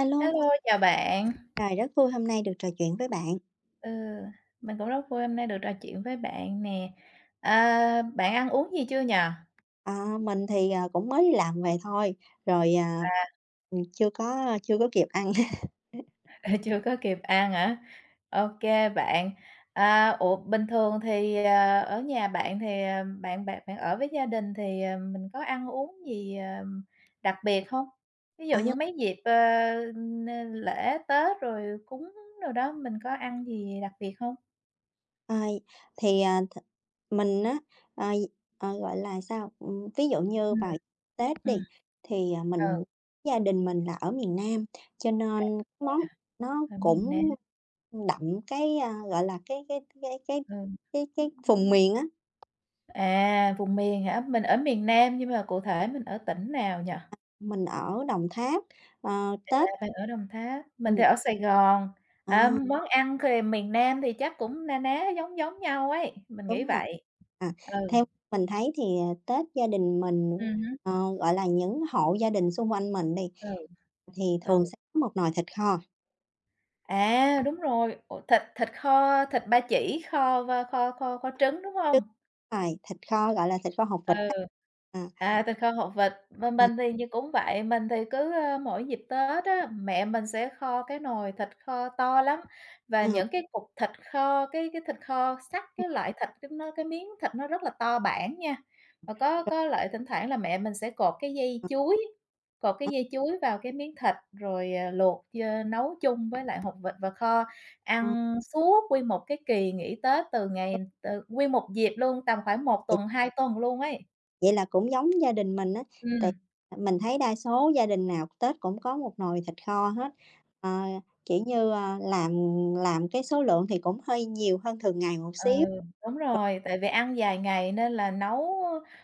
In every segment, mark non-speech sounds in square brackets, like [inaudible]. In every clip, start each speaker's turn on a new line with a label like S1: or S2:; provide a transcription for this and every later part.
S1: Alo,
S2: Hello, chào bạn.
S1: trời, rất vui hôm nay được trò chuyện với bạn.
S2: Ừ, mình cũng rất vui hôm nay được trò chuyện với bạn nè. À, bạn ăn uống gì chưa nhờ?
S1: Ờ, mình thì, cũng mới đi làm về thôi, rồi, chưa có kịp ăn. [laughs]
S2: [laughs] Chưa có kịp ăn hả? OK bạn. À, ủa bình thường thì, ở nhà bạn thì, bạn bạn bạn ở với gia đình thì, mình có ăn uống gì, đặc biệt không? Ví dụ như
S1: Ờ,
S2: mấy dịp, n lễ, Tết rồi cúng rồi đó, mình có ăn gì đặc biệt không?
S1: ờ, thì, à, th mình á, ờ, gọi là, sao, ví dụ như
S2: Ừm,
S1: vào Tết đi,
S2: ừm,
S1: thì,
S2: ừ,
S1: gia đình mình là ở miền Nam, cho nên món nó
S2: ở miền Nam,
S1: cũng đậm cái, gọi là, cái cái cái cái
S2: ừ.
S1: cái cái vùng miền á.
S2: À, vùng miền hả? Mình ở miền Nam nhưng mà cụ thể mình ở tỉnh nào nhỉ?
S1: Mình ở Đồng Tháp,
S2: À,
S1: Tết
S2: bạn ở Đồng Tháp, mình thì
S1: Ừm.
S2: ở Sài Gòn.
S1: À,
S2: À, món ăn thì miền Nam thì chắc cũng na ná giống giống nhau ấy, mình nghĩ
S1: đúng rồi.
S2: vậy.
S1: À,
S2: Ừ,
S1: theo mình thấy thì, Tết gia đình mình,
S2: ừm
S1: gọi là, những hộ gia đình xung quanh mình đi,
S2: ừ,
S1: thì
S2: ừ.
S1: thường sẽ có một nồi thịt kho,
S2: À, đúng rồi, ủa, thịt thịt kho, thịt ba chỉ kho và kho kho kho trứng, đúng
S1: trứng
S2: không?
S1: rồi, thịt kho, gọi là, thịt kho hột vịt
S2: Ừ.
S1: á. À.
S2: À, tình kho học vịt, bên
S1: À,
S2: mình thì như cũng vậy, mình thì cứ, mỗi dịp Tết á, mẹ mình sẽ kho cái nồi thịt kho to lắm và
S1: ờ,
S2: những cái cục thịt kho, cái thịt kho sắt,
S1: ừm,
S2: cái loại thịt cái nó cái miếng thịt nó rất là to bản nha. Và có lại thỉnh thoảng là mẹ mình sẽ cột cái dây chuối, cột cái
S1: ờ,
S2: dây chuối vào cái miếng thịt rồi, luộc chơ nấu chung với lại hột vịt và kho,
S1: ờ,
S2: ăn suốt nguyên một cái kỳ nghỉ Tết
S1: đúng
S2: từ nguyên một dịp luôn, tầm khoảng một
S1: vậy.
S2: tuần, 2 tuần luôn ấy.
S1: Vậy là cũng giống gia đình mình á, tại
S2: Ừm,
S1: mình thấy đa số gia đình nào Tết cũng có một nồi thịt kho hết. Ờ, kiểu như, làm cái số lượng thì cũng hơi nhiều hơn thường ngày một
S2: ờ,
S1: xíu,
S2: đúng
S1: rồi
S2: rồi, tại vì ăn vài ngày nên là nấu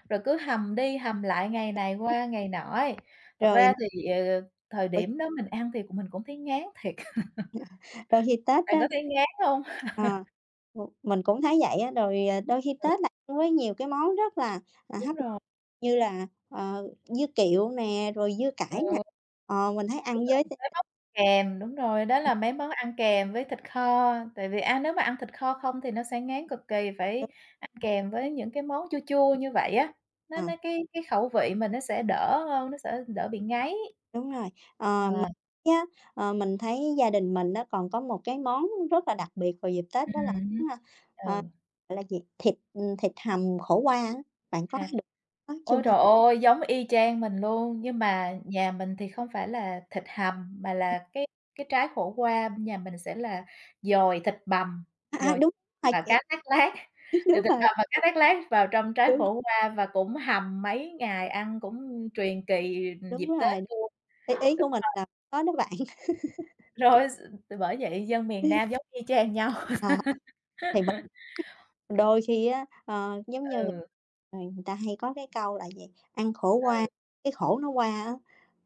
S2: rồi cứ hầm đi hầm lại ngày này qua ngày nọ ấy. Thật ra
S1: rồi
S2: thì, thời
S1: đôi
S2: điểm đó mình ăn thì cũng mình cũng thấy ngán thiệt, [laughs]
S1: [laughs] đôi khi Tết
S2: bạn
S1: á.
S2: có thấy ngán hông?
S1: Ờ, mình cũng thấy vậy á, rồi, đôi khi Tết là ăn với nhiều cái món rất là,
S2: Đúng
S1: hấp dẫn,
S2: rồi,
S1: như là, dưa kiệu nè, rồi dưa cải nè,
S2: ừ,
S1: mình thấy ăn với
S2: mấy món kèm, đúng rồi, đó là mấy món ăn kèm với thịt kho, tại vì ăn nếu mà ăn thịt kho không thì nó sẽ ngán cực kỳ, phải ăn kèm với những cái món chua chua như vậy á, nó
S1: ờ.
S2: nó cái khẩu vị mình nó sẽ đỡ hơn, nó sẽ đỡ bị ngấy.
S1: Đúng rồi.
S2: Ờ,
S1: Ờ, mình nhá, mình thấy gia đình mình á còn có một cái món rất là đặc biệt vào dịp Tết đó là
S2: hứm,
S1: món, ờ,
S2: ừ.
S1: gọi là gì, thịt, thịt hầm khổ qua á, bạn có
S2: Hạt.
S1: được có chưa
S2: Ôi
S1: ha?
S2: trời ơi, giống y chang mình luôn, nhưng mà nhà mình thì không phải là thịt hầm, mà là cái trái khổ qua bên nhà mình sẽ là dồi thịt bằm,
S1: À, à,
S2: dồi
S1: đúng rồi,
S2: và
S1: vậy
S2: cá thác lác,
S1: [laughs]
S2: dồi [laughs]
S1: đúng
S2: thịt
S1: rồi,
S2: bằm và cá thác lác vào trong trái
S1: đúng,
S2: khổ qua và cũng hầm mấy ngày, ăn cũng truyền kỳ
S1: đúng
S2: dịp Tết
S1: rồi,
S2: luôn.
S1: ý ý của mình là có đó bạn. [laughs]
S2: Rồi, s bởi vậy dân miền Nam giống y chang nhau.
S1: Ờ, ờ. Thì mình đôi khi á, giống như,
S2: [laughs]
S1: người ta hay có cái câu là gì, ăn khổ
S2: ừ.
S1: qua, cái khổ nó qua á,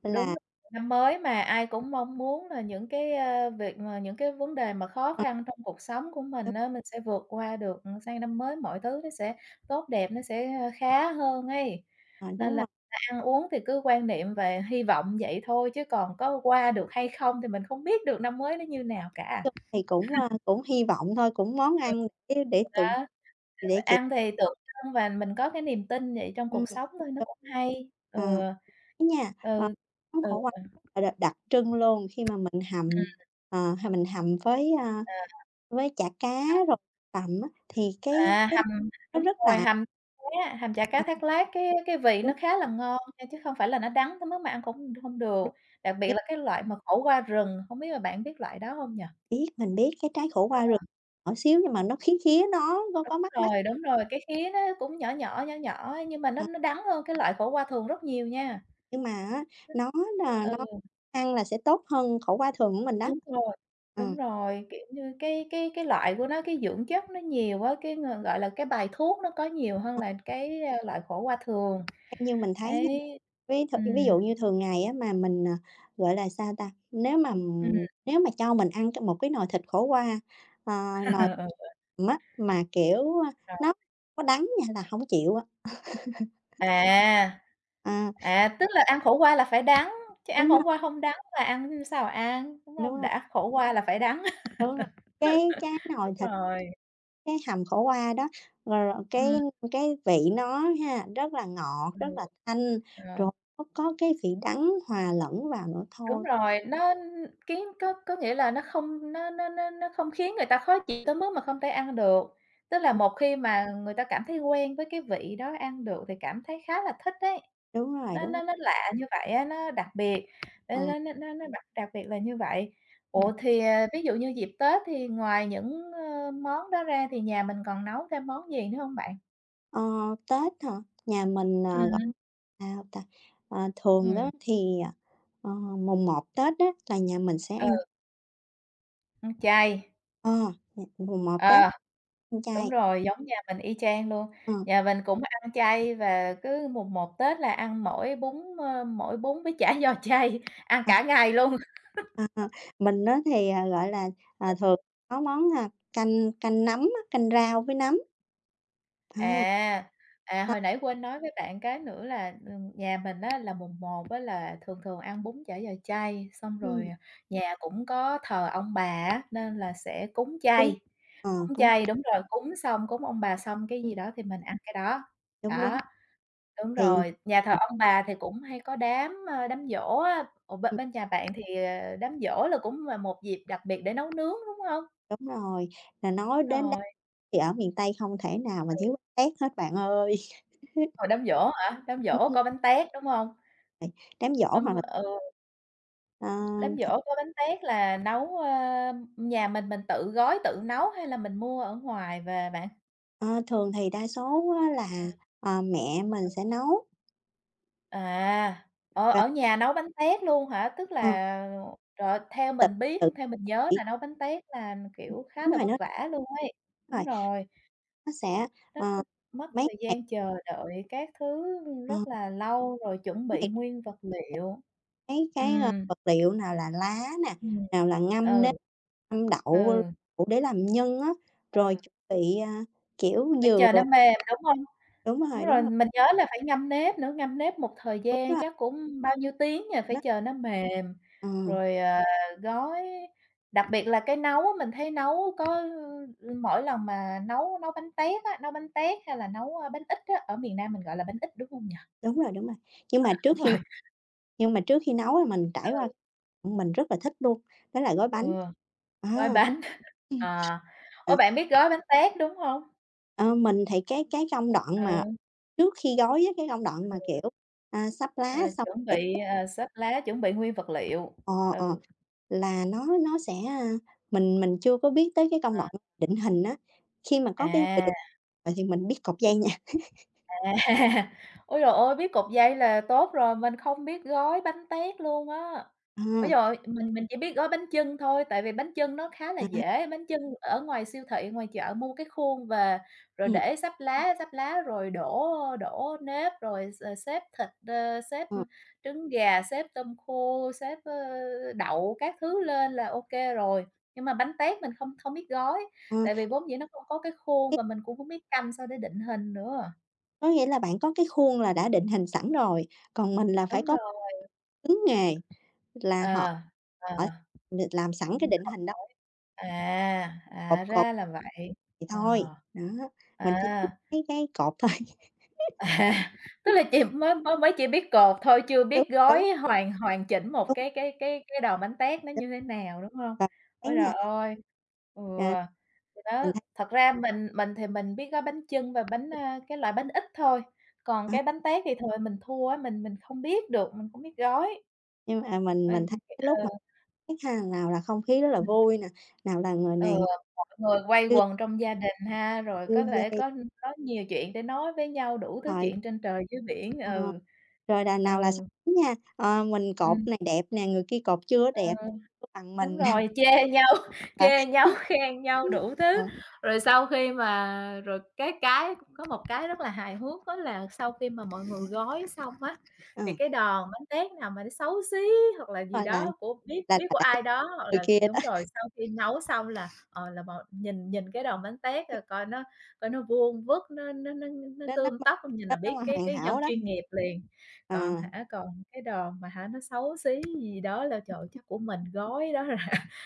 S2: Đúng
S1: là
S2: rồi, năm mới mà ai cũng mong muốn là những cái, việc mà những cái vấn đề mà khó
S1: ờ.
S2: khăn trong cuộc sống của
S1: Đúng
S2: mình á, mình sẽ vượt qua được, sang năm mới mọi thứ nó sẽ tốt đẹp, nó sẽ, khá hơn ấy. Nên
S1: đúng
S2: là
S1: rồi.
S2: ăn uống thì cứ quan niệm về hy vọng vậy thôi, chứ còn có qua được hay không thì mình không biết được năm mới nó như nào cả.
S1: Chung thì cũng, cũng hy vọng thôi, cũng món
S2: Ừ.
S1: ăn để tượng
S2: Đó,
S1: để,
S2: rồi
S1: kiểu
S2: ăn thì tượng trưng và mình có cái niềm tin vậy trong
S1: ừm,
S2: cuộc sống thôi, nó
S1: đúng.
S2: cũng hay. Ừ.
S1: Ờ, á nha,
S2: Ừ.
S1: món
S2: Ừ,
S1: khổ qua là đ đặc trưng luôn khi mà mình
S2: ừm,
S1: hầm, ờ, h mình hầm với,
S2: à.
S1: với chả cá rồi tằm á, thì cái
S2: À,
S1: cái
S2: hầm
S1: nó
S2: đúng
S1: rất
S2: rồi,
S1: là
S2: hầm cá, hầm chả cá
S1: à,
S2: thác lát cái vị
S1: đúng,
S2: nó khá là ngon nha, chứ không phải là nó đắng tới mức mà ăn cũng hông được.
S1: đúng,
S2: Đặc biệt
S1: nhưng
S2: là cái loại mà khổ qua rừng, hông biết là bạn biết loại đó hông nhỉ?
S1: biết mình biết cái trái khổ qua rừng nhỏ xíu nhưng mà nó khía khía, nó có mắt mắt,
S2: Rồi, đúng rồi, cái khía nó cũng nhỏ nhỏ, nhỏ nhỏ nhưng mà nó
S1: ờ,
S2: nó đắng hơn cái loại khổ qua thường rất nhiều nha.
S1: nhưng mà á, nó
S2: Ờ,
S1: nó
S2: ừ,
S1: ăn là sẽ tốt hơn khổ qua thường của mình đó.
S2: đúng rồi,
S1: Ờ.
S2: kiểu như, cái loại của nó, cái dưỡng chất nó nhiều á, cái, gọi là, cái bài thuốc nó có nhiều hơn
S1: Ờ,
S2: là cái, loại khổ qua thường,
S1: theo như mình thấy nha,
S2: ấy.
S1: ví
S2: Ừm,
S1: dụ như thường ngày á mà mình, gọi là, sao ta,
S2: ừm.
S1: nếu mà cho mình ăn c một cái nồi thịt khổ qua, ờ, nồi
S2: [laughs]
S1: hầm á, mà, kiểu,
S2: Ờ.
S1: nó có đắng nha là hổng chịu á.
S2: À,
S1: À,
S2: à, tức là ăn khổ qua là phải đắng, chứ ăn
S1: đúng
S2: khổ
S1: rồi,
S2: qua không đắng là ăn sao mà ăn, đúng
S1: đúng
S2: hông?
S1: rồi,
S2: Đã khổ qua là phải đắng.
S1: đúng rồi. Cái nồi
S2: Đúng
S1: thịt,
S2: rồi, [laughs]
S1: cái hầm khổ qua đó, rồi cái
S2: ừm,
S1: cái vị nó ha, rất là ngọt,
S2: ừ.
S1: rất là thanh,
S2: Ờ.
S1: rồi nó có cái vị đắng hòa lẫn vào nữa
S2: Đúng
S1: thôi.
S2: rồi, nó kiến có nghĩa là nó không nó không khiến người ta khó chịu tới mức mà không thể ăn được. Tức là một khi mà người ta cảm thấy quen với cái vị đó, ăn được thì cảm thấy khá là thích đấy. Nó
S1: Đúng rồi,
S2: nó nó lạ như vậy á, nó đặc biệt, ê,
S1: ờ,
S2: nó đặc đặc biệt là như vậy. Ủa,
S1: ừm.
S2: thì, à, ví dụ như dịp Tết thì ngoài những, món đó ra thì nhà mình còn nấu thêm món gì nữa không bạn?
S1: Ờ, Tết hả? Nhà mình, gọi
S2: Ừm,
S1: sao ta? Ờ, thường
S2: ừm,
S1: đó thì, ờ, mùng một Tết đó là nhà mình sẽ
S2: ừ,
S1: ăn
S2: chay,
S1: ờ, nh mùng một Tết
S2: ờ.
S1: ăn
S2: Đúng
S1: chay.
S2: rồi, giống nhà mình y chang luôn.
S1: Ờ,
S2: Nhà mình cũng ăn chay và cứ mùng một Tết là ăn mỗi bún, mỗi bún với chả giò chay, ăn
S1: ờ,
S2: cả ngày luôn.
S1: ờ, ờ, mình đó thì, gọi là, thường có món, canh canh nấm á, canh rau với nấm. Ờ.
S2: À, à,
S1: Đó,
S2: hồi nãy quên nói với bạn cái nữa là, nhà mình á là mùng một á là thường thường ăn bún chả giò chay, xong rồi,
S1: ừm,
S2: à, nhà cũng có thờ ông bà á, nên là sẽ cúng
S1: cúng
S2: chay.
S1: ờ,
S2: Cúng
S1: cúng
S2: chay đúng rồi, cúng xong, cúng ông bà xong cái gì
S1: ừm,
S2: đó thì mình ăn cái đó,
S1: đúng, đúng,
S2: đó. Đúng
S1: thì mình
S2: rồi, nhà thờ ông bà thì cũng hay có đám, đám giỗ á. Ủa, bên
S1: ừ,
S2: bên nhà bạn thì, đám giỗ là cũng là một dịp đặc biệt để nấu nướng, đúng hông?
S1: đúng rồi, là nói đến đó
S2: Rồi,
S1: thì ở miền tây không thể nào mà thiếu bánh tét hết bạn ơi. [laughs]
S2: hồi đám giỗ hả? Đám
S1: Ừm,
S2: giỗ
S1: ừm,
S2: có bánh tét, đúng hông?
S1: vậy đám giỗ hoặc
S2: Ừm,
S1: là,
S2: ừ,
S1: ờ,
S2: đám
S1: th
S2: giỗ có bánh tét là nấu, nhà mình tự gói, tự nấu hay là mình mua ở ngoài về bạn?
S1: ờ, thường thì đa số á là, mẹ
S2: Ờ,
S1: mình sẽ nấu
S2: à, ở
S1: và
S2: ở nhà nấu bánh tét luôn hả? Tức
S1: ờ,
S2: là rồi theo
S1: tự
S2: mình biết,
S1: tự
S2: theo mình nhớ
S1: kỷ
S2: là nấu bánh tét là, kiểu, khá
S1: đúng
S2: là vất vả luôn ấy. Đúng
S1: rồi.
S2: rồi.
S1: Nó sẽ,
S2: Rất h
S1: ờ,
S2: mất
S1: mấy
S2: thời
S1: ngày,
S2: gian chờ đợi các thứ
S1: ờ,
S2: rất là lâu, rồi chuẩn
S1: mấy
S2: bị
S1: ngày
S2: nguyên vật liệu.
S1: mấy cái,
S2: Ừm,
S1: vật liệu nào là lá nè,
S2: ừm,
S1: nào là ngâm nếp,
S2: ừ.
S1: ngâm
S2: Ừ,
S1: đậu đậu để làm nhân á, rồi chuẩn bị, kiểu,
S2: phải
S1: dừa
S2: chờ nó mềm, đúng hông?
S1: đúng
S2: Đúng
S1: rồi, đúng
S2: rồi,
S1: rồi,
S2: mình nhớ là phải ngâm nếp nữa, ngâm nếp một thời
S1: đúng
S2: gian
S1: rồi,
S2: chắc cũng bao nhiêu tiếng nhỉ, phải
S1: nó
S2: chờ nó mềm,
S1: ờ,
S2: rồi, gói đặc biệt là cái nấu á, mình thấy nấu có ừ, mỗi lần mà nấu nấu bánh tét á, nấu bánh tét hay là nấu, bánh ít á, ở miền Nam mình gọi là bánh ít, đúng hông nhỉ?
S1: đúng rồi, đúng rồi. Nhưng mà
S2: Đúng
S1: trước khi
S2: rồi,
S1: Nhưng mà trước khi nấu là mình trải qua
S2: ừ,
S1: mình rất là thích luôn, đó là gói
S2: ừ.
S1: bánh.
S2: Gói
S1: À,
S2: bánh,
S1: ừm.
S2: ờ. Ủa,
S1: À,
S2: bạn biết gói bánh tét, đúng hông?
S1: ờ, mình thì cái công đoạn mà
S2: Ừ,
S1: trước khi gói á, cái công đoạn mà, kiểu, sắp lá
S2: ờ,
S1: xong
S2: chuẩn
S1: để
S2: bị, ờ, xếp lá, chuẩn bị nguyên vật liệu.
S1: ờ, ờ,
S2: Ừ,
S1: là nó sẽ, a mình chưa có biết tới cái công đoạn định hình á. Khi mà có cái người
S2: à.
S1: định vậy thì mình biết cột dây nha.
S2: À, [laughs] ôi trời ơi, biết cột dây là tốt rồi, mình không biết gói bánh tét luôn á. Ôi trời
S1: À,
S2: ơi, mình chỉ biết gói bánh chưng thôi, tại vì bánh chưng nó khá là
S1: à,
S2: dễ, bánh chưng ở ngoài siêu thị, ngoài chợ mua cái khuôn về, rồi
S1: ừm,
S2: để sắp lá rồi đổ đổ nếp, rồi xếp thịt, xếp
S1: ờ,
S2: trứng gà, xếp tôm khô, xếp, đậu các thứ lên là ok rồi. Nhưng mà bánh tét mình không không biết gói,
S1: ờ,
S2: tại vì vốn dĩ nó không có cái khuôn và mình cũng không biết canh sao để định hình nữa.
S1: có nghĩa là bạn có cái khuôn là đã định hình sẵn rồi, còn mình là phải
S2: Đúng
S1: có
S2: rồi.
S1: cứng nghề là họ
S2: Ờ, ờ,
S1: Ở n làm sẵn cái định
S2: học
S1: hình đó,
S2: à,
S1: cột
S2: à,
S1: cột
S2: ra là vậy.
S1: vậy
S2: Ờ,
S1: thôi, đó, mình chỉ biết
S2: à,
S1: cái cột thôi.
S2: [laughs] à, tức là
S1: [laughs]
S2: chị mới mới mới chỉ biết cột thôi, chưa
S1: Đúng,
S2: biết
S1: đúng,
S2: gói hoàn hoàn chỉnh một
S1: đúng,
S2: cái đòn bánh tét nó
S1: đúng,
S2: như thế nào, đúng hông?
S1: và thấy
S2: Ôi
S1: nha,
S2: trời ơi! Ừ,
S1: à,
S2: thì đó,
S1: mình thấy
S2: thật ra mình thì mình biết gói bánh chưng và bánh, cái loại bánh ít thôi, còn
S1: ờ,
S2: cái bánh tét thì thời mình thua á, mình không biết được, mình không biết gói.
S1: nhưng mà à, mình
S2: Mình
S1: mình thấy cái lúc mà biết ha, nào là không khí rất là
S2: ừ.
S1: vui nè, nào là người
S2: Ừ,
S1: này
S2: mọi người quây
S1: đưa
S2: quần trong gia đình ha, rồi
S1: đưa
S2: có thể
S1: dây
S2: có nhiều chuyện để nói với nhau, đủ thứ
S1: rồi.
S2: chuyện trên trời dưới biển,
S1: Ờ,
S2: ừ.
S1: rồi là
S2: Ừ,
S1: nào là so nha, mình cột
S2: ừm,
S1: này đẹp nè, người kia cột chưa
S2: ờ.
S1: đẹp nè, bằng
S2: Đúng
S1: mình [laughs] nè,
S2: rồi, chê nhau, [laughs]
S1: ờ,
S2: chê nhau, khen nhau đủ
S1: ờ,
S2: thứ. Rồi sau khi mà rồi cái có một cái rất là hài hước đó là sau khi mà mọi người gói xong á,
S1: ờ,
S2: thì cái đòn bánh tét nào mà nó xấu xí hoặc là gì
S1: gọi
S2: đó của biết biết
S1: Là
S2: của
S1: đẩy
S2: ai đó hoặc
S1: người
S2: là
S1: kia
S2: đúng
S1: đó,
S2: rồi, sau khi nấu xong là, ờ, là mọi nhìn nhìn cái đòn bánh tét, rồi coi nó vuông vức, nó
S1: nó nó
S2: tươm
S1: mà
S2: tất, nhìn là
S1: nó
S2: biết
S1: mà
S2: cái
S1: hoàn
S2: cái dân
S1: hảo đó.
S2: chuyên nghiệp liền. Còn
S1: Ờ,
S2: hả? Còn cái đồ mà hả, nó xấu xí gì đó là trời ơi, chắc của mình gói đó rồi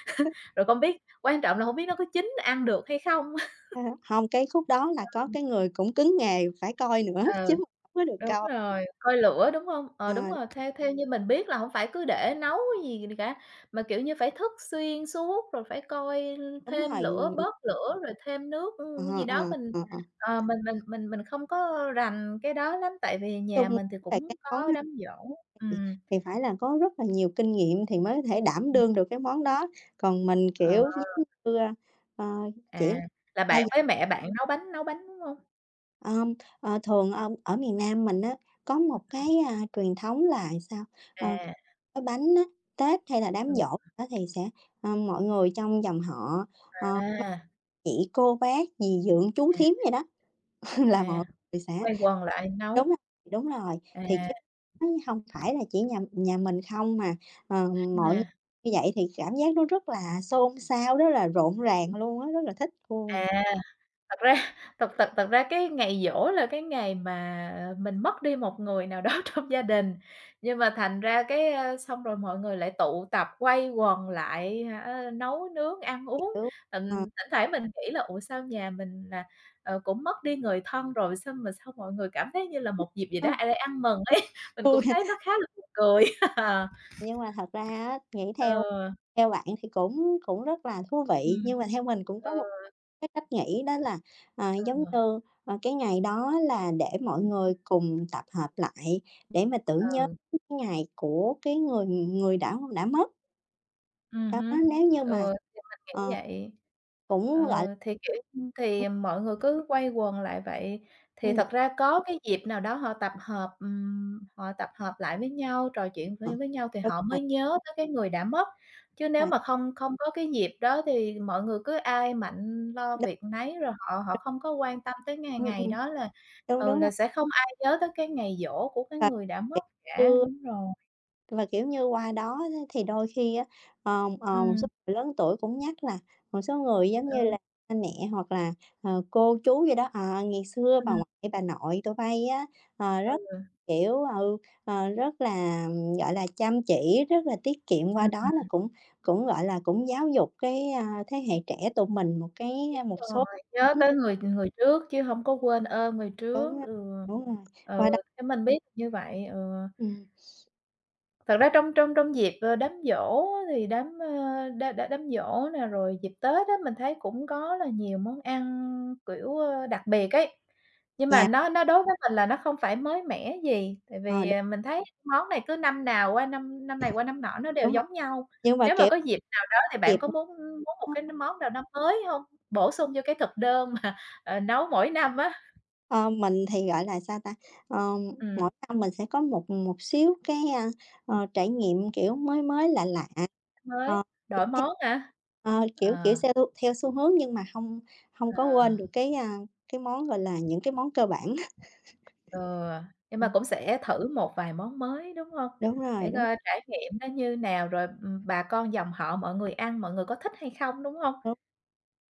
S2: [laughs] rồi không biết, quan trọng là không biết nó có chín ăn được hay không. [laughs]
S1: ha ha. Hông, cái khúc đó là có cái người cũng cứng nghề phải coi nữa, [laughs] chứ
S2: Ừ,
S1: mình hổng có được
S2: đúng
S1: coi.
S2: rồi, coi lửa, đúng không? Ờ, đúng
S1: Ờ,
S2: rồi, theo theo như mình biết là không phải cứ để nấu gì cả, mà, kiểu như, phải thức xuyên suốt, rồi phải coi
S1: đúng
S2: thêm
S1: rồi,
S2: lửa, bớt lửa, rồi thêm nước,
S1: ờ, ờ,
S2: gì
S1: ờ,
S2: đó. Mình,
S1: ờ. ờ.
S2: mình không có rành cái đó lắm, tại vì nhà
S1: Chung
S2: mình thì
S1: về
S2: cũng
S1: cái món
S2: có
S1: á
S2: đám giỗ. Ừm,
S1: thì phải là có rất là nhiều kinh nghiệm thì mới có thể đảm đương được cái món đó, còn mình,
S2: ờ.
S1: kiểu, giống như, ờ, chỉ
S2: À, là bạn
S1: tay
S2: với mẹ bạn nấu bánh, đúng hông?
S1: Ờm, thường, ở miền Nam mình á, có một cái, truyền thống là sao?
S2: À,
S1: Ờ, gói bánh á, Tết hay là
S2: ừ,
S1: đám giỗ á thì sẽ, mọi người trong dòng họ, ờ,
S2: à,
S1: chị, cô, bác, dì, dượng, chú,
S2: à,
S1: thím vậy đó, [laughs] là
S2: à,
S1: mọi người sẽ
S2: quây quần lại nấu.
S1: đúng rồi, đúng rồi, thì
S2: À,
S1: chứ nó phải là chỉ nhà nhà mình không mà, mọi
S2: à,
S1: người như vậy thì cảm giác nó rất là xôn xao, rất là rộn ràng luôn á, rất là thích luôn,
S2: à. Thật ra thật thật thật ra cái ngày giỗ là cái ngày mà mình mất đi một người nào đó [laughs] trong gia đình, nhưng mà thành ra cái, xong rồi mọi người lại tụ tập quây quần lại hả, nấu nướng, ăn uống.
S1: kiểu, ờ,
S2: Thỉnh thoảng mình nghĩ là "Ủa, sao nhà mình là, ờ, cũng mất đi người thân rồi, sao mà sao mọi người cảm thấy như là một dịp gì đó
S1: nó
S2: ai để ăn mừng" ấy, [laughs] mình cũng
S1: vui.
S2: thấy nó khá là buồn cười. [laughs] Ờ.
S1: Nhưng mà thật ra á, nghĩ theo
S2: Ờ.
S1: theo bạn thì cũng cũng rất là thú vị,
S2: Ừm.
S1: nhưng mà theo mình cũng có
S2: Ờ.
S1: một cái cách nghĩ đó là, giống như, cái ngày đó là để mọi
S2: Ừ.
S1: người cùng tập hợp lại để mà tưởng nhớ
S2: Ừ.
S1: cái ngày của cái người người đã mất. Đó,
S2: Hứm,
S1: nếu như mà,
S2: ừ, thì mình nghĩ
S1: ờ,
S2: vậy.
S1: cũng, gọi là
S2: Ờ, thì, kiểu,
S1: ừm,
S2: thì mọi người cứ quây quần lại vậy, thì thật
S1: ừm,
S2: ra có cái dịp nào đó họ tập hợp lại với nhau, trò chuyện
S1: ờ,
S2: với nhau thì
S1: đúng
S2: họ mới
S1: rồi,
S2: nhớ tới cái người đã mất, chứ
S1: đúng
S2: nếu
S1: rồi,
S2: mà không không có cái dịp đó thì mọi người cứ ai mạnh lo
S1: đúng,
S2: việc nấy, rồi họ họ không có quan tâm tới ngày
S1: ừm,
S2: ngày
S1: ừm,
S2: đó là,
S1: đúng,
S2: ừ,
S1: đúng rồi.
S2: là sẽ không ai nhớ tới cái ngày giỗ của cái
S1: Và
S2: người đã mất cả.
S1: [unintelligible]
S2: Đúng rồi.
S1: Và, kiểu như, qua đó á thì đôi khi á, một số
S2: Ừm,
S1: người lớn tuổi cũng nhắc là một số người giống như
S2: ừ.
S1: là ba mẹ hoặc là, cô chú gì đó, ngày xưa bà
S2: Ừm.
S1: ngoại, bà nội tụi bây á, rất, kiểu, rất là, gọi là, chăm chỉ, rất là tiết kiệm, qua đó
S2: Ừ.
S1: là cũng cũng, gọi là, cũng giáo dục cái, thế hệ trẻ tụi mình một cái một số
S2: Rồi, nhớ
S1: tính
S2: tới người người trước chứ hông có quên ơn người
S1: đúng
S2: trước,
S1: rồi,
S2: ừ.
S1: đúng rồi,
S2: Ừ,
S1: qua đó
S2: thế mình biết như vậy, ừ.
S1: ừm,
S2: Thật ra trong trong trong dịp, ờ, đám giỗ á thì đám, ơ, đá đá đám giỗ nè, rồi dịp Tết á, mình thấy cũng có là nhiều món ăn, kiểu, ơ, đặc biệt ấy. Nhưng mà
S1: nhà
S2: nó đối với mình là nó không phải mới mẻ gì, tại
S1: ờ,
S2: vì,
S1: đúng,
S2: à, mình thấy món này cứ năm nào qua năm năm này qua năm nọ nó đều
S1: đúng rồi,
S2: giống nhau.
S1: nhưng mà,
S2: Nếu mà
S1: kiểu
S2: có dịp nào đó thì bạn
S1: kịp.
S2: có muốn muốn một cái món nào đó mới không? Bổ sung cho cái thực đơn mà, ờ, nấu mỗi năm á.
S1: Ờ, mình thì, gọi là, sao ta, ờ,
S2: Ừm,
S1: mỗi năm mình sẽ có một một xíu cái, trải nghiệm, kiểu, mới mới, lạ lạ,
S2: mới,
S1: ờ,
S2: đổi
S1: theo
S2: món hả?
S1: ờ, kiểu kiểu,
S2: Ờ,
S1: xeo theo xu hướng nhưng mà không không có
S2: ờ.
S1: quên được cái, cái món, gọi là, những cái món cơ bản [laughs]
S2: Ừ, nhưng
S1: Ờ,
S2: mà cũng sẽ thử một vài món mới, đúng hông?
S1: đúng
S2: Để
S1: rồi, đúng,
S2: coi trải nghiệm nó như nào, rồi, bà con dòng họ mọi người ăn, mọi người có thích hay không, đúng hông?
S1: đúng,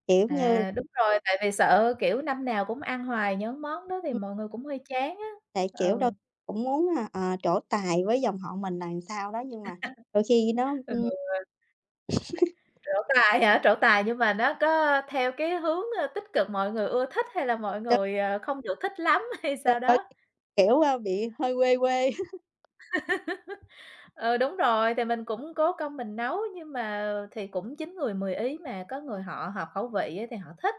S1: kiểu như là
S2: À, đúng rồi, tại vì sợ, kiểu, năm nào cũng ăn hoài những món đó thì
S1: ừm,
S2: mọi người cũng hơi chán á.
S1: tại, kiểu, đôi
S2: Ừ,
S1: cũng muốn, trổ tài với dòng họ mình là làm sao đó, nhưng mà đôi khi nó,
S2: ừ,
S1: ưm,
S2: trổ tài hả? Trổ tài nhưng mà nó có theo cái hướng, ơ, tích cực mọi người ưa thích hay là mọi
S1: đôi
S2: người, ờ, không được thích lắm [laughs] hay
S1: đôi
S2: sao
S1: đôi
S2: đó?
S1: khi, kiểu, bị hơi quê quê. [laughs]
S2: Ừ, đúng rồi, thì mình cũng cố công mình nấu nhưng mà thì cũng chín người mười ý mà, có
S1: Ờ,
S2: người họ hợp khẩu vị á thì họ thích,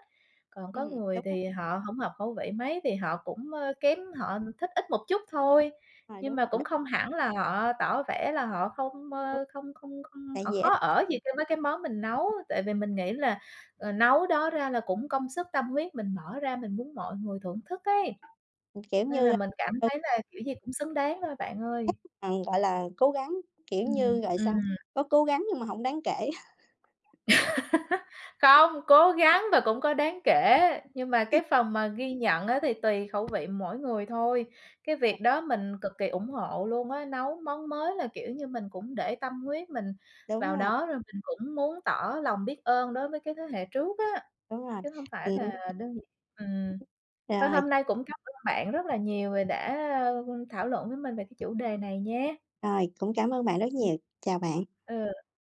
S2: còn có người
S1: đúng
S2: thì họ hổng hợp khẩu vị mấy thì họ cũng, ơ, kém họ thích ít một chút thôi.
S1: rồi,
S2: Nhưng
S1: đúng
S2: mà
S1: rồi, đúng
S2: cũng không hẳn là họ tỏ vẻ là họ không,
S1: đúng,
S2: ơ, không không không
S1: tại
S2: họ
S1: vì
S2: khó
S1: ít
S2: ở gì cái với cái món mình nấu, tại vì mình nghĩ là, ờ, nấu đó ra là cũng công sức tâm huyết mình bỏ ra, mình muốn mọi người thưởng thức ấy.
S1: kiểu
S2: Nên là
S1: như,
S2: mình cảm
S1: đôi
S2: thấy là kiểu gì cũng xứng đáng thôi bạn ơi.
S1: bằng, gọi là, cố gắng, kiểu
S2: Ừm.
S1: như, gọi sao,
S2: Ừm.
S1: có cố gắng nhưng mà hổng đáng kể. [laughs]
S2: Không, cố gắng và cũng có đáng kể, nhưng mà cái phần mà ghi nhận á thì tùy khẩu vị mỗi người thôi. Cái
S1: Ờ,
S2: việc đó mình cực kỳ ủng hộ luôn á, nấu món mới là, kiểu như, mình cũng để tâm huyết mình vào
S1: Đúng rồi,
S2: đó, rồi mình cũng muốn tỏ lòng biết ơn đối với cái thế hệ trước á,
S1: đúng rồi.
S2: chứ hông phải là
S1: Ừm,
S2: đơn giản ừm. Thôi
S1: rồi,
S2: hôm nay cũng cảm ơn bạn rất là nhiều vì đã, ơ, thảo luận với mình về cái chủ đề này nha.
S1: rồi, cũng cảm ơn bạn rất
S2: Ừm.
S1: nhiều. Chào bạn.
S2: Ừ.